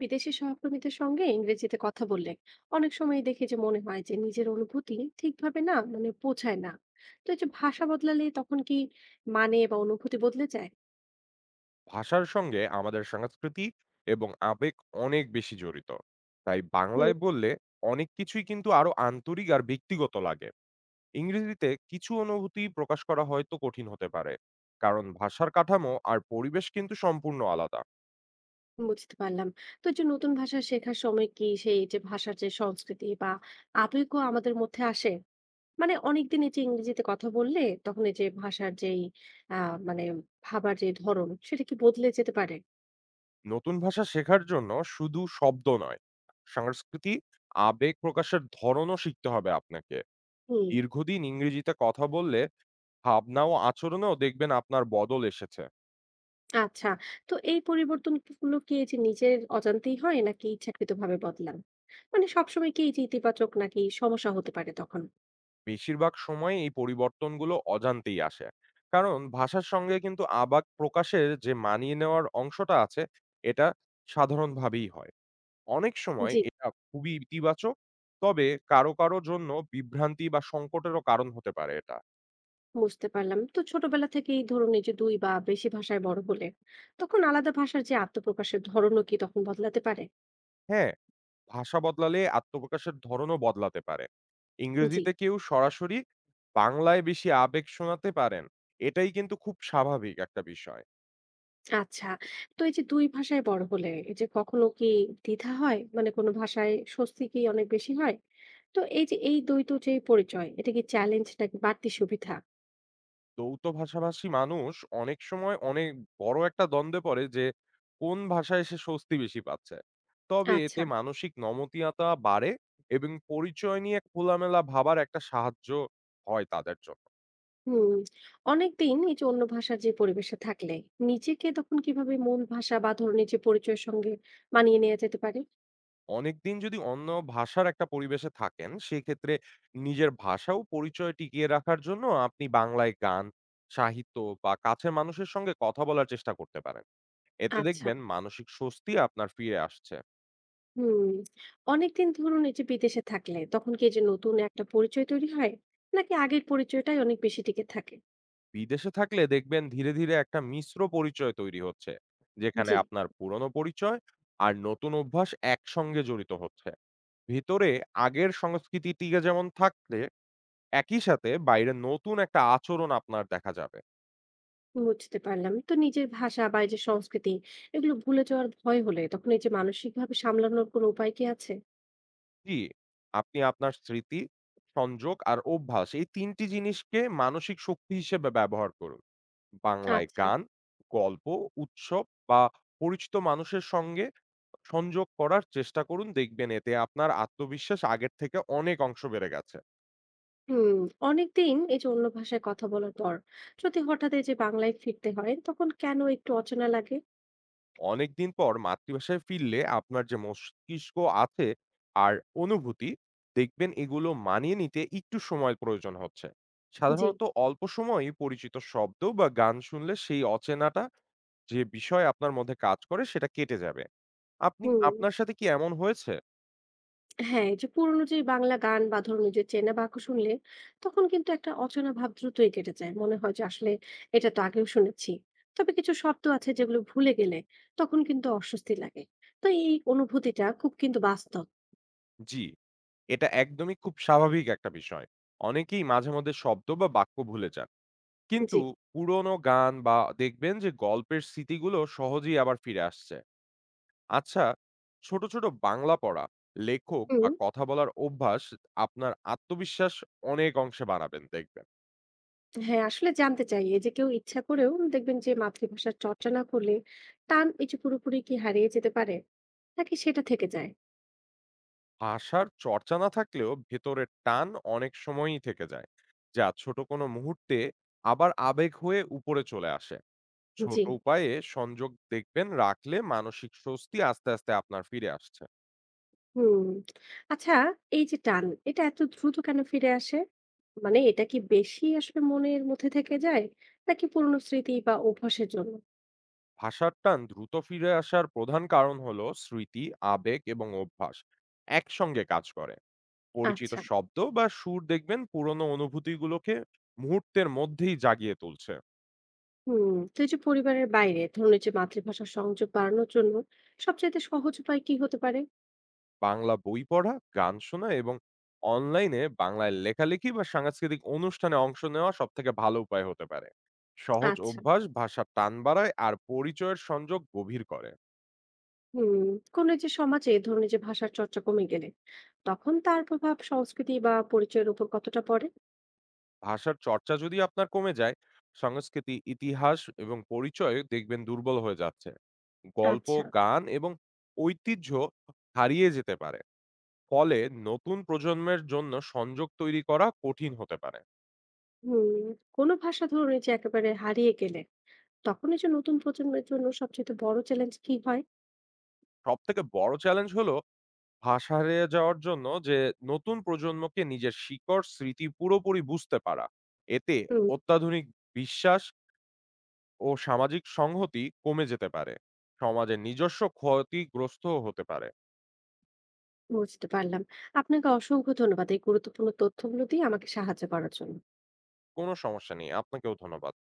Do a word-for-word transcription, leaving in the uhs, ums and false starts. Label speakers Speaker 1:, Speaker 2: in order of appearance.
Speaker 1: বিদেশি সহকর্মীদের সঙ্গে ইংরেজিতে কথা বললে অনেক সময় দেখি যে মনে হয় যে নিজের অনুভূতি ঠিকভাবে না মানে পৌঁছায় না। তো এই যে ভাষা বদলালে তখন কি মানে বা অনুভূতি বদলে যায়?
Speaker 2: ভাষার সঙ্গে আমাদের সংস্কৃতি এবং আবেগ অনেক বেশি জড়িত। তাই
Speaker 1: হুম।
Speaker 2: বাংলায় বললে অনেক কিছুই কিন্তু আরো আন্তরিক আর ব্যক্তিগত লাগে। ইংরেজিতে কিছু অনুভূতি প্রকাশ করা হয়তো কঠিন হতে পারে, কারণ ভাষার কাঠামো আর পরিবেশ কিন্তু সম্পূর্ণ আলাদা।
Speaker 1: বুঝতে পারলাম। তো এই যে নতুন ভাষা শেখার সময় কি সেই যে ভাষার যে সংস্কৃতি বা আবেগও আমাদের মধ্যে আসে? মানে অনেকদিন এই যে ইংরেজিতে কথা বললে তখন এই যে ভাষার যেই আহ মানে ভাবার যে ধরন সেটা কি বদলে যেতে পারে?
Speaker 2: নতুন ভাষা শেখার জন্য শুধু শব্দ নয়, সংস্কৃতি, আবেগ প্রকাশের ধরনও শিখতে হবে আপনাকে।
Speaker 1: হুম।
Speaker 2: দীর্ঘদিন ইংরেজিতে কথা বললে ভাবনা ও আচরণেও দেখবেন আপনার বদল এসেছে।
Speaker 1: আচ্ছা। তো এই পরিবর্তন কি গুলো কি এই যে নিজের অজান্তেই হয় নাকি ইচ্ছাকৃতভাবে বদলান? মানে সবসময় কি এই যে ইতিবাচক নাকি সমস্যা হতে পারে তখন?
Speaker 2: বেশিরভাগ সময় এই পরিবর্তনগুলো অজান্তেই আসে। কারণ ভাষার সঙ্গে কিন্তু আবেগ প্রকাশের যে মানিয়ে নেওয়ার অংশটা আছে, এটা সাধারণভাবেই হয়। অনেক সময়
Speaker 1: জি।
Speaker 2: এটা খুবই ইতিবাচক, তবে কারো, কারো জন্য বিভ্রান্তি বা সংকটেরও কারণ হতে পারে এটা।
Speaker 1: বুঝতে পারলাম। তো ছোটবেলা থেকেই ধরুন এই যে দুই বা বেশি ভাষায় বড় হলে তখন আলাদা ভাষার যে আত্মপ্রকাশের ধরনও কি তখন বদলাতে পারে?
Speaker 2: হ্যাঁ, ভাষা বদলালে আত্মপ্রকাশের ধরনও বদলাতে পারে।
Speaker 1: জি।
Speaker 2: ইংরেজিতে কেউ সরাসরি, বাংলায় বেশি আবেগ শোনাতে পারেন। এটাই কিন্তু খুব স্বাভাবিক একটা বিষয়।
Speaker 1: আচ্ছা। তো এই যে দুই ভাষায় বড় হলে এই যে কখনো কি দ্বিধা হয়? মানে কোনো ভাষায় স্বস্তি কি অনেক বেশি হয়? তো এই যে এই দ্বৈত যে পরিচয় এটা কি চ্যালেঞ্জ নাকি বাড়তি সুবিধা?
Speaker 2: দ্বৈত ভাষাভাষী মানুষ অনেক সময় অনেক বড় একটা দ্বন্দ্বে পড়ে যে কোন ভাষায় সে স্বস্তি বেশি পাচ্ছে। তবে এতে
Speaker 1: আচ্ছা।
Speaker 2: মানসিক নমনীয়তা বাড়ে এবং পরিচয় নিয়ে খোলামেলা ভাবার একটা সাহায্য হয় তাদের জন্য।
Speaker 1: হুম। অনেকদিন এই যে অন্য ভাষার যে পরিবেশে থাকলে নিজেকে তখন কিভাবে মূল ভাষা বা ধরুন এই যে পরিচয়ের সঙ্গে মানিয়ে নেওয়া যেতে পারে?
Speaker 2: অনেকদিন যদি অন্য ভাষার একটা পরিবেশে থাকেন, সেক্ষেত্রে নিজের ভাষা ও পরিচয় টিকিয়ে রাখার জন্য আপনি বাংলায় গান, সাহিত্য বা কাছের মানুষের সঙ্গে কথা বলার চেষ্টা করতে পারেন। এতে
Speaker 1: আচ্ছা।
Speaker 2: দেখবেন মানসিক স্বস্তি আপনার ফিরে আসছে।
Speaker 1: হুম। অনেকদিন ধরুন এই যে বিদেশে থাকলে তখন কি এই যে নতুন একটা পরিচয় তৈরি হয় নাকি আগের পরিচয়টাই অনেক বেশি টিকে থাকে?
Speaker 2: বিদেশে থাকলে দেখবেন ধীরে, ধীরে একটা মিশ্র পরিচয় তৈরি হচ্ছে। যেখানে
Speaker 1: জি।
Speaker 2: আপনার পুরনো পরিচয় আর নতুন অভ্যাস একসঙ্গে জড়িত হচ্ছে। ভিতরে আগের সংস্কৃতিটিকে যেমন থাকলে, একই সাথে বাইরে নতুন একটা আচরণ আপনার দেখা যাবে।
Speaker 1: বুঝতে পারলাম। তো নিজের ভাষা বা এই যে সংস্কৃতি এগুলো ভুলে যাওয়ার ভয় হলে তখন এই যে মানসিক ভাবে সামলানোর কোনো উপায় কি আছে?
Speaker 2: জি, আপনি আপনার স্মৃতি, সংযোগ আর অভ্যাস এই তিন টি জিনিসকে মানসিক শক্তি হিসেবে ব্যবহার করুন। বাংলায়
Speaker 1: আচ্ছা।
Speaker 2: গান, গল্প, উৎসব বা পরিচিত মানুষের সঙ্গে সংযোগ করার চেষ্টা করুন। দেখবেন এতে আপনার আত্মবিশ্বাস আগের থেকে অনেক অংশ বেড়ে গেছে।
Speaker 1: হুম। অনেকদিন এই যে অন্য ভাষায় কথা বলার পর যদি হঠাৎ এই যে বাংলায় ফিরতে হয় তখন কেন একটু অচেনা লাগে?
Speaker 2: অনেকদিন পর মাতৃভাষায় ফিরলে আপনার যে মস্তিষ্ক আছে আর অনুভূতি, দেখবেন এগুলো মানিয়ে নিতে একটু সময় প্রয়োজন হচ্ছে।
Speaker 1: জি।
Speaker 2: সাধারণত অল্প সময়ই পরিচিত শব্দ বা গান শুনলে সেই অচেনাটা, যে বিষয় আপনার মধ্যে কাজ করে, সেটা কেটে যাবে। আপনি,
Speaker 1: হুম।
Speaker 2: আপনার সাথে কি এমন হয়েছে?
Speaker 1: হ্যাঁ, এই যে পুরোনো যে বাংলা গান বা ধরুন এই যে চেনা বাক্য শুনলে তখন কিন্তু একটা অচেনা ভাব দ্রুতই কেটে যায়, মনে হয় যে আসলে এটা তো আগেও শুনেছি। তবে কিছু শব্দ আছে যেগুলো ভুলে গেলে তখন কিন্তু অস্বস্তি লাগে। তো এই অনুভূতিটা খুব কিন্তু বাস্তব।
Speaker 2: জি। এটা একদমই খুব স্বাভাবিক একটা বিষয়। অনেকেই মাঝে মধ্যে শব্দ বা বাক্য ভুলে যান। কিন্তু
Speaker 1: জি।
Speaker 2: পুরনো গান বা দেখবেন যে গল্পের স্মৃতিগুলো সহজেই আবার ফিরে আসছে। আচ্ছা, ছোট, ছোট বাংলা পড়া, লেখক বা
Speaker 1: হুম।
Speaker 2: কথা বলার অভ্যাস আপনার আত্মবিশ্বাস অনেক অংশে বাড়াবেন দেখবেন।
Speaker 1: হ্যাঁ, আসলে জানতে চাই এই যে কেউ ইচ্ছা করেও দেখবেন যে মাতৃভাষার চর্চা না করলে টান এই যে পুরোপুরি কি হারিয়ে যেতে পারে নাকি সেটা থেকে যায়?
Speaker 2: ভাষার চর্চা না থাকলেও ভেতরের টান অনেক সময়ই থেকে যায়। যা ছোট কোনো মুহূর্তে আবার আবেগ হয়ে উপরে চলে আসে। ছোট
Speaker 1: জি।
Speaker 2: উপায়ে সংযোগ দেখবেন রাখলে মানসিক স্বস্তি আস্তে আস্তে আপনার ফিরে আসছে।
Speaker 1: হুম। আচ্ছা। এই যে টান এটা এত দ্রুত কেন ফিরে আসে? মানে এটা কি বেশি আসলে মনের মধ্যে থেকে যায় নাকি পুরনো স্মৃতি বা অভ্যাসের জন্য?
Speaker 2: ভাষার টান দ্রুত ফিরে আসার প্রধান কারণ হলো স্মৃতি, আবেগ এবং অভ্যাস একসঙ্গে কাজ করে। পরিচিত
Speaker 1: আচ্ছা।
Speaker 2: শব্দ বা সুর দেখবেন পুরনো অনুভূতিগুলোকে মুহূর্তের মধ্যেই জাগিয়ে তুলছে।
Speaker 1: হুম। তো এই যে পরিবারের বাইরে ধরুন এই যে মাতৃভাষার সংযোগ বাড়ানোর জন্য সবচেয়ে সহজ উপায় কি হতে পারে?
Speaker 2: বাংলা বই পড়া, গান শোনা এবং অনলাইনে বাংলায় লেখালেখি বা সাংস্কৃতিক অনুষ্ঠানে অংশ নেওয়া সব থেকে ভালো উপায় হতে পারে। সহজ
Speaker 1: আচ্ছা।
Speaker 2: অভ্যাস ভাষার টান বাড়ায় আর পরিচয়ের সংযোগ গভীর করে।
Speaker 1: হুম। কোন এই যে সমাজে ধরুন এই যে ভাষার চর্চা কমে গেলে তখন তার প্রভাব সংস্কৃতি বা পরিচয়ের উপর কতটা পড়ে?
Speaker 2: ভাষার চর্চা যদি আপনার কমে যায়, সংস্কৃতি, ইতিহাস এবং পরিচয় দেখবেন দুর্বল হয়ে যাচ্ছে। গল্প,
Speaker 1: আচ্ছা।
Speaker 2: গান এবং ঐতিহ্য হারিয়ে যেতে পারে। ফলে নতুন প্রজন্মের জন্য সংযোগ তৈরি করা কঠিন হতে পারে।
Speaker 1: হুম। কোনো ভাষা ধরুন এই যে একেবারে হারিয়ে গেলে তখন এই যে নতুন প্রজন্মের জন্য সবচেয়ে বড় চ্যালেঞ্জ কি হয়?
Speaker 2: সবথেকে বড় চ্যালেঞ্জ হলো ভাষা হারিয়ে যাওয়ার জন্য যে নতুন প্রজন্মকে নিজের শিকড়, স্মৃতি পুরোপুরি বুঝতে পারা। এতে
Speaker 1: হুম।
Speaker 2: অত্যাধুনিক বিশ্বাস ও সামাজিক সংহতি কমে যেতে পারে। সমাজের নিজস্ব ক্ষতিগ্রস্তও হতে পারে।
Speaker 1: বুঝতে পারলাম। আপনাকে অসংখ্য ধন্যবাদ এই গুরুত্বপূর্ণ তথ্যগুলো দিয়ে আমাকে সাহায্য করার জন্য।
Speaker 2: কোনো সমস্যা নেই। আপনাকেও ধন্যবাদ।